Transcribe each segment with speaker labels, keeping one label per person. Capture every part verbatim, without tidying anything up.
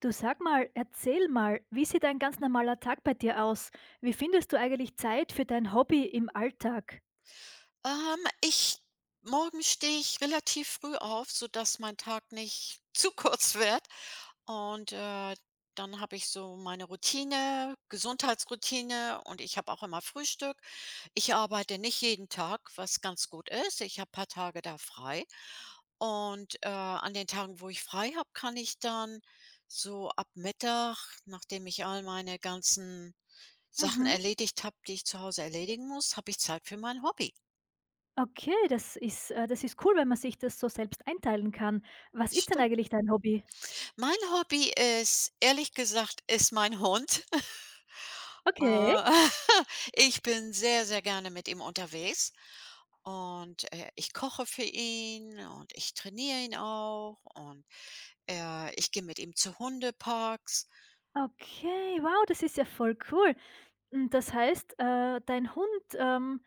Speaker 1: Du sag mal, erzähl mal, wie sieht ein ganz normaler Tag bei dir aus? Wie findest du eigentlich Zeit für dein Hobby im Alltag?
Speaker 2: Ähm, ich morgen stehe ich relativ früh auf, sodass mein Tag nicht zu kurz wird. Und, äh, Dann habe ich so meine Routine, Gesundheitsroutine, und ich habe auch immer Frühstück. Ich arbeite nicht jeden Tag, was ganz gut ist. Ich habe ein paar Tage da frei. Und, äh, an den Tagen, wo ich frei habe, kann ich dann so ab Mittag, nachdem ich all meine ganzen Sachen
Speaker 1: Mhm.
Speaker 2: erledigt habe, die ich zu Hause erledigen muss, habe ich Zeit für mein Hobby.
Speaker 1: Okay, das ist, äh, das ist cool, wenn man sich das so selbst einteilen kann. Was ist denn
Speaker 2: Stimmt.
Speaker 1: eigentlich dein Hobby?
Speaker 2: Mein Hobby ist, ehrlich gesagt, ist mein Hund. Äh,
Speaker 1: Okay.
Speaker 2: ich bin sehr, sehr gerne mit ihm unterwegs, und, äh, ich koche für ihn und ich trainiere ihn auch, und, äh, ich gehe mit ihm zu Hundeparks.
Speaker 1: Okay, wow, das ist ja voll cool. Und das heißt, äh, dein Hund ähm,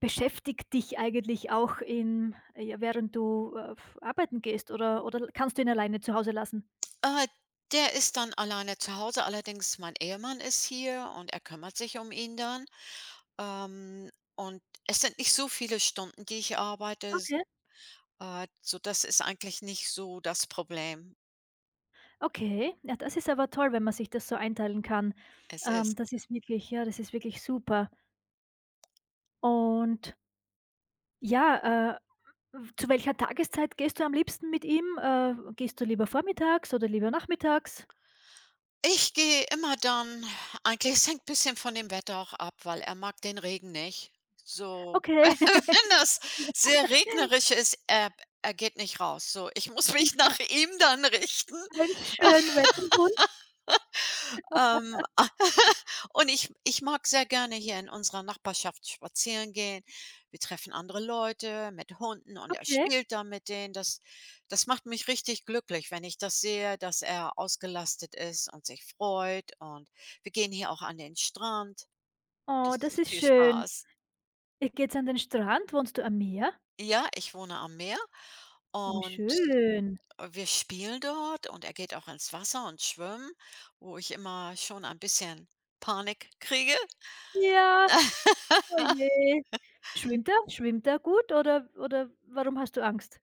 Speaker 1: beschäftigt dich eigentlich auch in, ja, während du äh, f- arbeiten gehst, oder, oder kannst du ihn alleine zu Hause lassen?
Speaker 2: Äh, Der ist dann alleine zu Hause, allerdings mein Ehemann ist hier und er kümmert sich um ihn dann. Ähm, und es sind nicht so viele Stunden, die ich arbeite, s äh, so das ist eigentlich nicht so das Problem.
Speaker 1: Okay, ja, das ist aber toll, wenn man sich das so einteilen kann.
Speaker 2: Es
Speaker 1: Ähm,
Speaker 2: ist
Speaker 1: das ist wirklich, ja, das ist wirklich super. Und ja, äh, zu welcher Tageszeit gehst du am liebsten mit ihm? Äh, gehst du lieber vormittags oder lieber nachmittags?
Speaker 2: Ich gehe immer dann, eigentlich es hängt ein bisschen von dem Wetter auch ab, weil er mag den Regen nicht. So,
Speaker 1: Okay,
Speaker 2: wenn das sehr regnerisch ist, er er geht nicht raus. So, ich muss mich
Speaker 1: ist er
Speaker 2: nach ihm dann richten.
Speaker 1: ein Schönwetterhund?
Speaker 2: Ähm, und ich ich mag sehr gerne hier in unserer Nachbarschaft spazieren gehen. Wir treffen andere Leute mit Hunden und er
Speaker 1: Okay.
Speaker 2: spielt da mit denen. Das das macht mich richtig glücklich, wenn ich das sehe, dass er ausgelastet ist und sich freut, und wir gehen hier auch an den Strand.
Speaker 1: Oh,
Speaker 2: Das
Speaker 1: das
Speaker 2: ist
Speaker 1: ist
Speaker 2: viel
Speaker 1: schön.
Speaker 2: Spaß.
Speaker 1: Ihr geht's an den Strand? Wohnst du am Meer?
Speaker 2: Ja, ich wohne am Meer,
Speaker 1: Oh,
Speaker 2: und
Speaker 1: schön.
Speaker 2: wir spielen dort und er geht auch ins Wasser und schwimmen, wo ich immer schon ein bisschen Panik kriege.
Speaker 1: Ja, oh je. Schwimmt er? Schwimmt er gut, oder oder warum hast du Angst?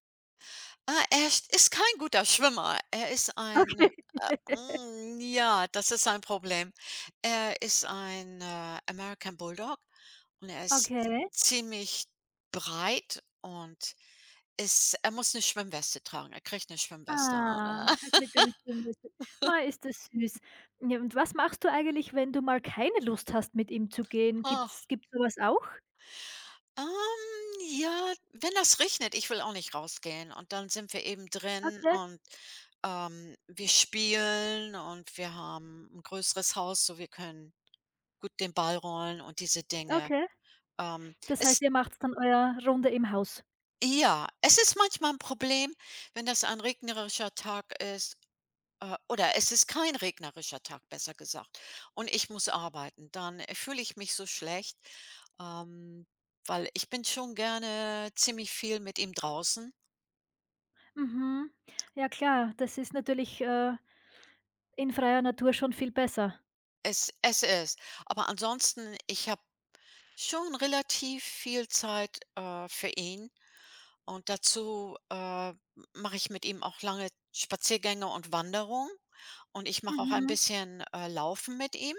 Speaker 2: Ah, er sch ist kein guter Schwimmer. Er ist ein, äh, hm, Ja, das ist sein Problem. Er ist ein, äh, American Bulldog und er ist
Speaker 1: Okay.
Speaker 2: ziemlich breit und ist er muss eine Schwimmweste tragen. Er kriegt eine Schwimmweste.
Speaker 1: Ah, er kriegt eine Schwimmweste. Mei, ist das süß. Ja, und was machst du eigentlich, wenn du mal keine Lust hast, mit ihm zu gehen?
Speaker 2: Oh,
Speaker 1: Gibt's gibt's so was auch?
Speaker 2: ähm, ja, wenn das regnet, ich will auch nicht rausgehen und dann sind wir eben drin,
Speaker 1: Okay,
Speaker 2: und, ähm, wir spielen, und wir haben ein größeres Haus, so wir können gut den Ball rollen und diese Dinge.
Speaker 1: okay.
Speaker 2: Ähm,
Speaker 1: Das
Speaker 2: es
Speaker 1: heißt, ihr macht's dann euer Runde im Haus.
Speaker 2: Ja, es ist manchmal ein Problem, wenn das ein regnerischer Tag ist, äh, oder es ist kein regnerischer Tag, besser gesagt, und ich muss arbeiten. Dann, äh, fühle ich mich so schlecht, ähm, weil ich bin schon gerne ziemlich viel mit ihm draußen.
Speaker 1: Mhm. Ja klar, das ist natürlich, äh, in freier Natur schon viel besser.
Speaker 2: Es es ist Aber ansonsten, ich habe schon relativ viel Zeit, äh, für ihn. Und dazu, äh, mache ich mit ihm auch lange Spaziergänge und Wanderungen, und ich mache auch ein
Speaker 1: Mhm,
Speaker 2: bisschen, äh, Laufen mit ihm.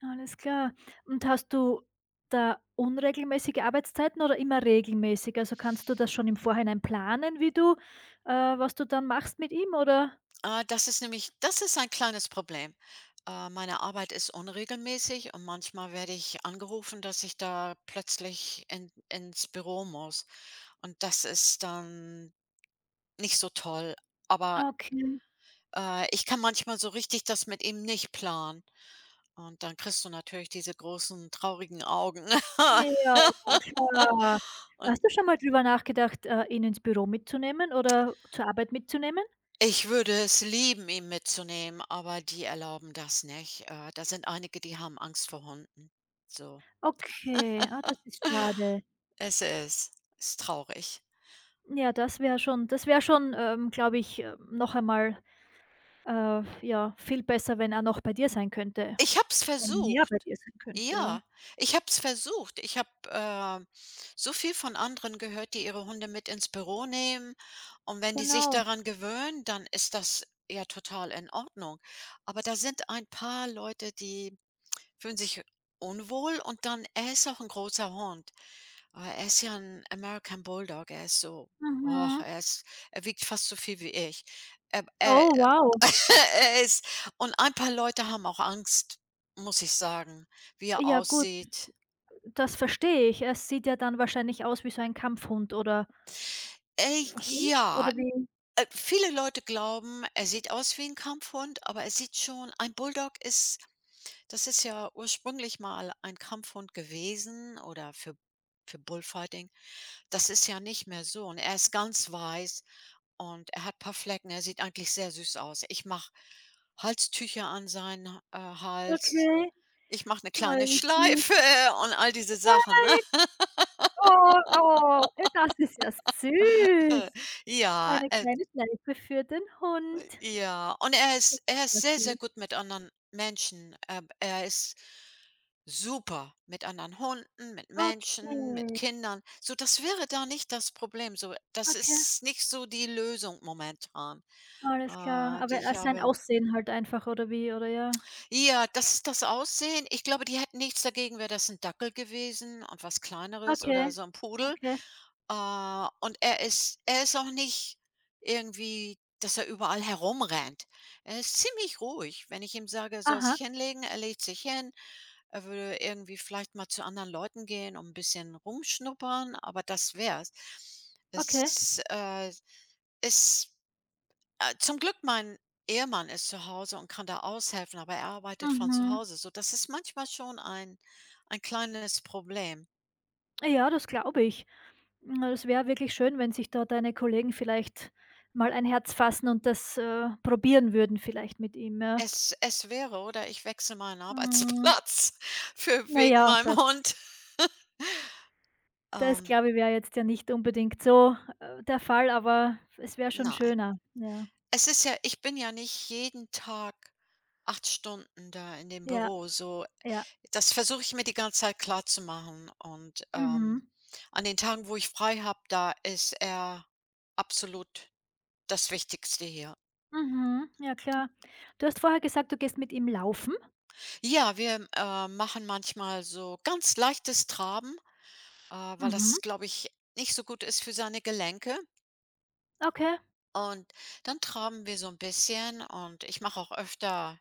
Speaker 1: alles klar. Und hast du da unregelmäßige Arbeitszeiten oder immer regelmäßig? Also, kannst du das schon im Vorhinein planen, wie du äh, was du dann machst mit ihm, oder?
Speaker 2: Äh, das ist nämlich, das ist ein kleines Problem. Äh, meine Arbeit ist unregelmäßig und manchmal werde ich angerufen, dass ich da plötzlich in ins Büro muss, und das ist dann nicht so toll. Aber,
Speaker 1: Okay.
Speaker 2: äh, ich kann manchmal so richtig das mit ihm nicht planen, und dann kriegst du natürlich diese großen traurigen Augen.
Speaker 1: Ja, klar. Hast
Speaker 2: Und
Speaker 1: du schon mal drüber nachgedacht, äh, ihn ins Büro mitzunehmen oder zur Arbeit mitzunehmen?
Speaker 2: Ich würde es lieben, ihn mitzunehmen, aber die erlauben das nicht. Äh, da sind einige, die haben Angst vor Hunden. So,
Speaker 1: Okay, ah, das ist schade.
Speaker 2: es ist ist traurig.
Speaker 1: Ja, das wäre schon das wäre schon, ähm, glaube ich, äh, noch einmal, äh, ja, viel besser, wenn er noch bei dir sein könnte
Speaker 2: Ich habe es
Speaker 1: und mehr bei
Speaker 2: versucht.
Speaker 1: dir sein könnte, ja.
Speaker 2: Ja, ich habe es versucht. Ich habe, äh, so viel von anderen gehört, die ihre Hunde mit ins Büro nehmen, und wenn die sich
Speaker 1: Genau.
Speaker 2: daran gewöhnen, dann ist das ja total in Ordnung. Aber da sind ein paar Leute, die fühlen sich unwohl, und dann er ist auch ein großer Hund. Aber er ist ja ein American Bulldog. Er ist so oh,
Speaker 1: Mhm.
Speaker 2: er ist, er wiegt fast so viel wie ich. Er er
Speaker 1: Oh, wow.
Speaker 2: er ist und ein paar Leute haben auch Angst, muss ich sagen, wie er
Speaker 1: Ja gut,
Speaker 2: aussieht.
Speaker 1: das verstehe ich. Er sieht ja dann wahrscheinlich aus wie so ein Kampfhund oder
Speaker 2: Äh,
Speaker 1: so?
Speaker 2: ja,
Speaker 1: Oder wie?
Speaker 2: äh, Viele Leute glauben, er sieht aus wie ein Kampfhund, aber er sieht schon, ein Bulldog ist das ist ja ursprünglich mal ein Kampfhund gewesen, oder für für Bullfighting. Das ist ja nicht mehr so, und er ist ganz weiß und er hat ein paar Flecken. Er sieht eigentlich sehr süß aus. Ich mache Halstücher an seinen, äh, Hals.
Speaker 1: Okay.
Speaker 2: Ich mache eine
Speaker 1: Oh,
Speaker 2: kleine
Speaker 1: wie
Speaker 2: Schleife
Speaker 1: süß.
Speaker 2: und all diese Sachen, ne?
Speaker 1: Nein. Oh, oh, das ist ja süß.
Speaker 2: Ja,
Speaker 1: Eine
Speaker 2: äh,
Speaker 1: kleine Schleife für den Hund.
Speaker 2: Ja, und er ist er ist sehr, sehr
Speaker 1: Dazu.
Speaker 2: gut mit anderen Menschen. Ähm, er ist super mit anderen Hunden, mit Menschen, mit
Speaker 1: Okay,
Speaker 2: Kindern. So, das wäre da nicht das Problem. So, das
Speaker 1: okay,
Speaker 2: ist nicht so die Lösung momentan,
Speaker 1: alles klar.
Speaker 2: äh, die
Speaker 1: Aber, äh,
Speaker 2: ich
Speaker 1: sein
Speaker 2: habe.
Speaker 1: Aussehen halt einfach oder wie, oder ja?
Speaker 2: Ja, das ist das Aussehen. Ich glaube, die hätten nichts dagegen, wäre das ein Dackel gewesen und was Kleineres
Speaker 1: Okay,
Speaker 2: oder so ein Pudel.
Speaker 1: okay.
Speaker 2: Äh, und er ist er ist auch nicht irgendwie, dass er überall herumrennt. Er ist ziemlich ruhig. Wenn ich ihm sage, er soll
Speaker 1: Aha,
Speaker 2: sich hinlegen, er legt sich hin. Er würde irgendwie vielleicht mal zu anderen Leuten gehen und ein bisschen rumschnuppern, aber das wär's.
Speaker 1: okay.
Speaker 2: Es, äh, ist äh, Zum Glück, mein Ehemann ist zu Hause und kann da aushelfen, aber er arbeitet von zu
Speaker 1: Mhm.
Speaker 2: Hause, so das ist manchmal schon ein ein kleines Problem.
Speaker 1: Ja, das glaube ich. Hm, es wäre wirklich schön, wenn sich da deine Kollegen vielleicht mal ein Herz fassen und das, äh, probieren würden vielleicht mit ihm, ja.
Speaker 2: Es es wäre Oder ich wechsle meinen
Speaker 1: Mhm.
Speaker 2: Arbeitsplatz für
Speaker 1: Na
Speaker 2: wegen
Speaker 1: ja,
Speaker 2: meinem
Speaker 1: das
Speaker 2: Hund.
Speaker 1: Das
Speaker 2: Ähm,
Speaker 1: glaube ich, wäre jetzt ja nicht unbedingt so, äh, der Fall, aber es wäre schon
Speaker 2: nein.
Speaker 1: schöner. Ja,
Speaker 2: Es ist ja, ich bin ja nicht jeden Tag acht Stunden da in dem
Speaker 1: ja,
Speaker 2: Büro, so.
Speaker 1: ja.
Speaker 2: Das versuche ich mir die ganze Zeit klar zu machen. und, ähm,
Speaker 1: Mhm,
Speaker 2: an den Tagen, wo ich frei habe, da ist er absolut das Wichtigste hier.
Speaker 1: mhm, ja klar. Du hast vorher gesagt, du gehst mit ihm laufen?
Speaker 2: Ja, wir, äh, machen manchmal so ganz leichtes Traben, äh, weil
Speaker 1: Mhm,
Speaker 2: das, glaube ich, nicht so gut ist für seine Gelenke.
Speaker 1: okay.
Speaker 2: Und dann traben wir so ein bisschen, und ich mache auch öfter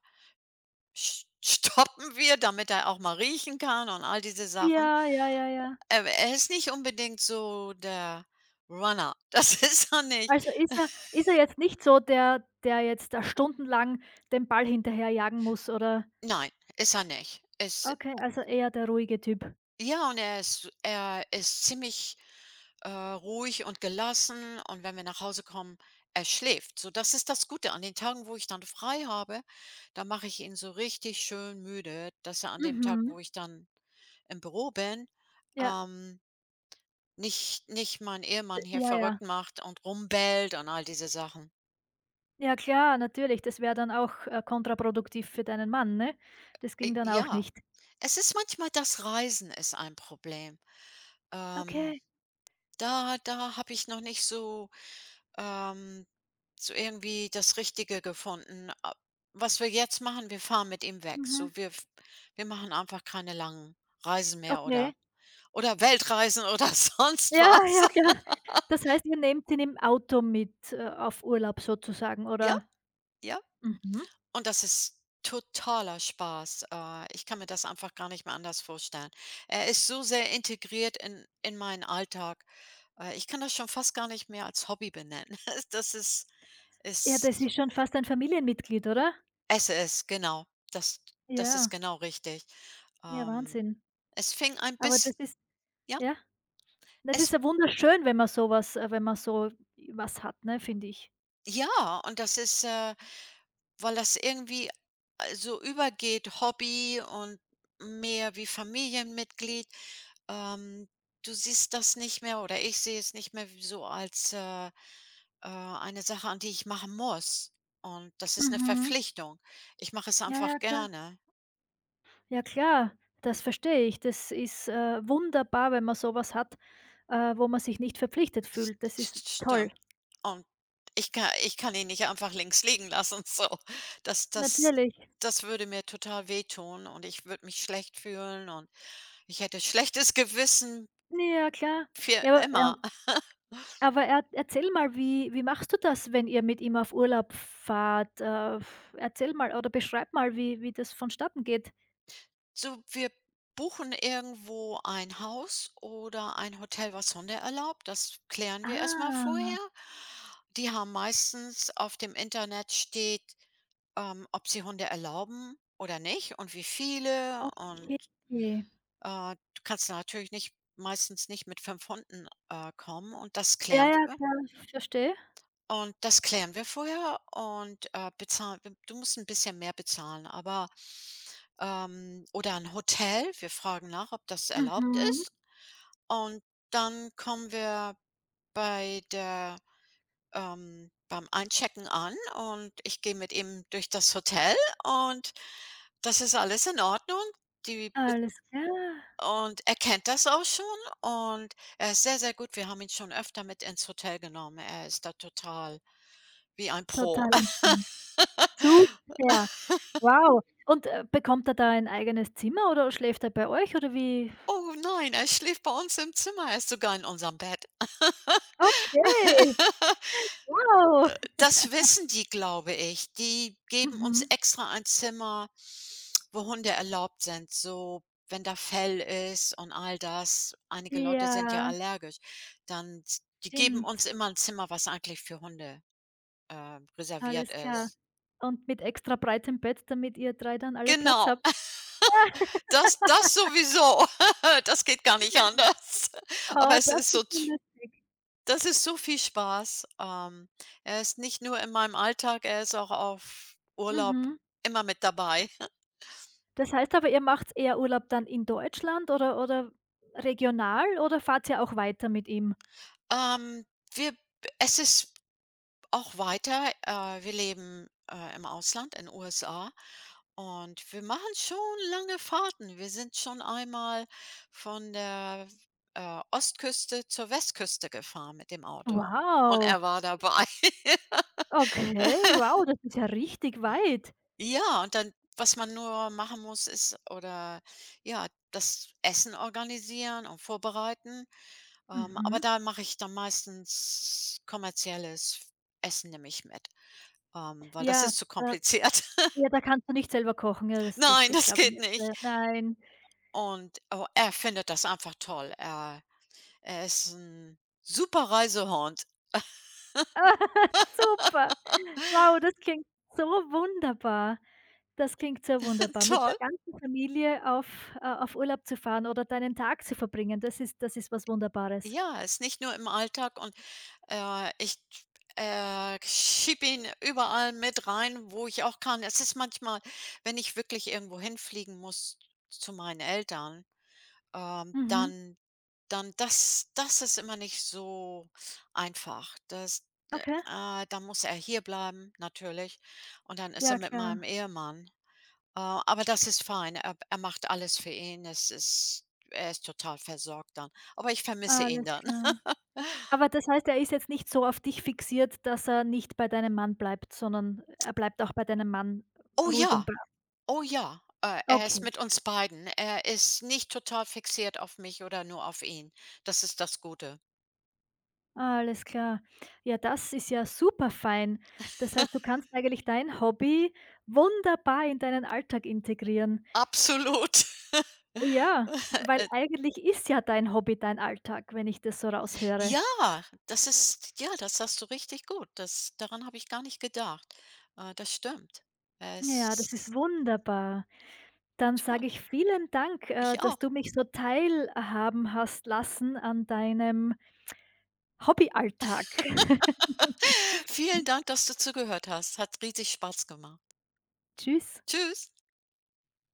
Speaker 2: sch stoppen wir, damit er auch mal riechen kann und all diese Sachen.
Speaker 1: Ja, ja, ja, ja.
Speaker 2: Ähm, er ist nicht unbedingt so der Runner. Das ist er nicht.
Speaker 1: Also ist er ist er jetzt nicht so der, der jetzt da stundenlang den Ball hinterherjagen muss, oder
Speaker 2: Nein, ist er nicht. Ist
Speaker 1: okay, also eher der ruhige Typ.
Speaker 2: Ja, und er ist er ist ziemlich, äh, ruhig und gelassen, und wenn wir nach Hause kommen, er schläft. So, das ist das Gute. An den Tagen, wo ich dann frei habe, da mache ich ihn so richtig schön müde, dass er an dem Tag,
Speaker 1: Mhm,
Speaker 2: wo ich dann im Büro bin,
Speaker 1: ja,
Speaker 2: ähm, nicht nicht mein
Speaker 1: d
Speaker 2: Ehemann hier
Speaker 1: ja, ja.
Speaker 2: verrückt macht und rumbellt und all diese Sachen.
Speaker 1: Ja klar, natürlich, das wäre dann auch, äh, kontraproduktiv für deinen Mann, ne? Das ging
Speaker 2: Äh,
Speaker 1: dann auch
Speaker 2: ja,
Speaker 1: nicht.
Speaker 2: es ist manchmal, das Reisen ist ein Problem. Ähm,
Speaker 1: Okay.
Speaker 2: da da habe ich noch nicht so, ähm so irgendwie das Richtige gefunden. A Was wir jetzt machen, wir fahren mit ihm weg.
Speaker 1: Mhm,
Speaker 2: So, wir f wir machen einfach keine langen Reisen mehr,
Speaker 1: okay.
Speaker 2: oder oder Weltreisen oder sonst
Speaker 1: Ja,
Speaker 2: was.
Speaker 1: ja, klar. Das heißt, ihr nehmt ihn im Auto mit, äh, auf Urlaub sozusagen,
Speaker 2: Ja,
Speaker 1: oder?
Speaker 2: ja.
Speaker 1: Mhm.
Speaker 2: Und das ist totaler Spaß. Äh, ich kann mir das einfach gar nicht mehr anders vorstellen. Er ist so sehr integriert in in meinen Alltag. Äh, ich kann das schon fast gar nicht mehr als Hobby benennen. Das ist
Speaker 1: Ja, das
Speaker 2: ist
Speaker 1: ist schon fast ein Familienmitglied, oder?
Speaker 2: Es ist, genau. Das das ist
Speaker 1: Ja,
Speaker 2: genau richtig.
Speaker 1: ja,
Speaker 2: Ähm
Speaker 1: Wahnsinn.
Speaker 2: Es fing ein
Speaker 1: Aber
Speaker 2: biss
Speaker 1: das ist
Speaker 2: Ja?
Speaker 1: ja, das ist
Speaker 2: Es
Speaker 1: ja wunderschön, wenn man so was äh, wenn man so was hat, ne, finde ich.
Speaker 2: Ja, und das ist, äh weil das irgendwie, äh, so übergeht, Hobby und mehr wie Familienmitglied. Ähm, du siehst das nicht mehr, oder ich sehe es nicht mehr so als, äh, äh, eine Sache, an die ich machen muss. Und das ist eine
Speaker 1: Mhm.
Speaker 2: Verpflichtung. Ich mache es
Speaker 1: Ja,
Speaker 2: einfach
Speaker 1: ja, klar.
Speaker 2: gerne.
Speaker 1: Ja, klar, das verstehe ich. Das ist, äh, wunderbar, wenn man so was hat, äh, wo man sich nicht verpflichtet fühlt. Das ist
Speaker 2: St-
Speaker 1: toll.
Speaker 2: Und Ich kann, ich kann ihn nicht einfach links liegen lassen, so. Das das
Speaker 1: Natürlich.
Speaker 2: das würde mir total wehtun, und ich würde mich schlecht fühlen, und ich hätte schlechtes Gewissen
Speaker 1: Ja, klar.
Speaker 2: für
Speaker 1: Ja, aber,
Speaker 2: immer.
Speaker 1: ähm Aber er erzähl mal, wie wie machst du das, wenn ihr mit ihm auf Urlaub fahrt? Äh, erzähl mal oder beschreib mal, wie wie das vonstatten geht.
Speaker 2: So, wir buchen irgendwo ein Haus oder ein Hotel, was Hunde erlaubt. Das klären wir erstmal
Speaker 1: Ah,
Speaker 2: vorher. Die haben meistens, auf dem Internet steht, ähm, ob sie Hunde erlauben oder nicht und wie viele und
Speaker 1: okay.
Speaker 2: Äh, du kannst natürlich nicht, meistens nicht, mit fünf Hunden, äh, kommen, und das
Speaker 1: Ja,
Speaker 2: klären
Speaker 1: ja,
Speaker 2: wir.
Speaker 1: klar, ich verstehe.
Speaker 2: Und das klären wir vorher, und, äh, bezahlen w du musst ein bisschen mehr bezahlen, aber ähm, oder ein Hotel. Wir fragen nach, ob das erlaubt
Speaker 1: Mhm.
Speaker 2: ist. Und dann kommen wir bei der ähm, beim Einchecken an, und ich gehe mit ihm durch das Hotel, und das ist alles in Ordnung. Die
Speaker 1: Alles klar.
Speaker 2: Und er kennt das auch schon, und er ist sehr, sehr gut. Wir haben ihn schon öfter mit ins Hotel genommen. Er ist da total wie ein Pro.
Speaker 1: Total entspannt. Super, wow. Und, äh, bekommt er da ein eigenes Zimmer oder schläft er bei euch oder wie?
Speaker 2: Oh nein, er schläft bei uns im Zimmer. Er ist sogar in unserem Bett.
Speaker 1: Okay, wow.
Speaker 2: Das wissen die, glaube ich. Die geben uns
Speaker 1: Mhm.
Speaker 2: extra ein Zimmer, wo Hunde erlaubt sind, so wenn da Fell ist und all das. Einige Leute sind ja
Speaker 1: Ja,
Speaker 2: allergisch. Dann Die geben uns
Speaker 1: stimmt.
Speaker 2: immer ein Zimmer, was eigentlich für Hunde, äh, reserviert
Speaker 1: Alles klar.
Speaker 2: ist.
Speaker 1: Und mit extra breitem Bett, damit ihr drei dann alle Platz
Speaker 2: Genau.
Speaker 1: habt.
Speaker 2: Das, das sowieso. Das geht gar nicht anders.
Speaker 1: Ja,
Speaker 2: Aber
Speaker 1: oh,
Speaker 2: es ist
Speaker 1: das ist
Speaker 2: so
Speaker 1: ja
Speaker 2: t
Speaker 1: lustig.
Speaker 2: Das ist so viel Spaß. Ähm, er ist nicht nur in meinem Alltag, er ist auch auf Urlaub
Speaker 1: Mhm.
Speaker 2: immer mit dabei.
Speaker 1: Das heißt aber, ihr macht eher Urlaub dann in Deutschland oder oder regional, oder fahrt ihr auch weiter mit ihm?
Speaker 2: Ähm, wir es ist Auch weiter, äh, wir leben, äh, im Ausland, in U S A, und wir machen schon lange Fahrten. Wir sind schon einmal von der, äh, Ostküste zur Westküste gefahren mit dem Auto, und
Speaker 1: Wow,
Speaker 2: er war dabei.
Speaker 1: okay, wow, das ist ja richtig weit.
Speaker 2: Ja, und dann, was man nur machen muss, ist, oder ja, das Essen organisieren und vorbereiten. Ähm, aber
Speaker 1: Mhm.
Speaker 2: da mache ich dann meistens kommerzielles Essen nämlich mit, ähm, weil das
Speaker 1: Ja,
Speaker 2: ist zu
Speaker 1: da
Speaker 2: kompliziert.
Speaker 1: ja, da kannst du nicht selber kochen. Ja, das das
Speaker 2: Nein,
Speaker 1: geht,
Speaker 2: das
Speaker 1: glaube ich,
Speaker 2: geht
Speaker 1: nicht.
Speaker 2: nicht.
Speaker 1: Äh, nein.
Speaker 2: Und, oh, er findet das einfach toll. Er er ist ein super Reisehund.
Speaker 1: Super. Wow, das klingt so wunderbar. Das klingt sehr wunderbar. Mit
Speaker 2: Toll.
Speaker 1: der ganzen Familie auf äh, auf Urlaub zu fahren oder deinen Tag zu verbringen, das ist das ist was Wunderbares.
Speaker 2: Ja, ist nicht nur im Alltag und Äh, ich, äh, schiebe ihn überall mit rein, wo ich auch kann. Es ist manchmal, wenn ich wirklich irgendwo hinfliegen muss zu meinen Eltern, ähm,
Speaker 1: Mhm,
Speaker 2: dann dann das das ist immer nicht so einfach. Das
Speaker 1: okay.
Speaker 2: äh, Dann muss er hier bleiben natürlich, und dann ist er
Speaker 1: Ja
Speaker 2: mit meinem
Speaker 1: klar,
Speaker 2: Ehemann. Äh, aber das ist fein. Er er macht alles für ihn. Es ist er ist total versorgt dann. Aber ich vermisse ihn
Speaker 1: alles
Speaker 2: dann.
Speaker 1: klar. Aber das heißt, er ist jetzt nicht so auf dich fixiert, dass er nicht bei deinem Mann bleibt, sondern er bleibt auch bei deinem Mann
Speaker 2: Oh
Speaker 1: ruhig und
Speaker 2: ja.
Speaker 1: brav.
Speaker 2: Oh ja, äh, er ist
Speaker 1: Okay,
Speaker 2: mit uns beiden. Er ist nicht total fixiert auf mich oder nur auf ihn. Das ist das Gute.
Speaker 1: alles klar. Ja, das ist ja super fein. Das heißt, du kannst eigentlich dein Hobby wunderbar in deinen Alltag integrieren.
Speaker 2: Absolut.
Speaker 1: Ja, weil eigentlich ist ja dein Hobby dein Alltag, wenn ich das so raushöre.
Speaker 2: ja, das ist ja, das hast du richtig gut. Das daran habe ich gar nicht gedacht. Äh, das stimmt. Er
Speaker 1: Ja, das ist
Speaker 2: ist
Speaker 1: wunderbar. Dann sage
Speaker 2: Toll.
Speaker 1: ich vielen Dank, äh,
Speaker 2: Ich
Speaker 1: dass
Speaker 2: auch.
Speaker 1: du mich so teilhaben hast lassen an deinem Hobbyalltag.
Speaker 2: Vielen Dank, dass du zugehört hast. Hat riesig Spaß gemacht.
Speaker 1: Tschüss.
Speaker 2: Tschüss.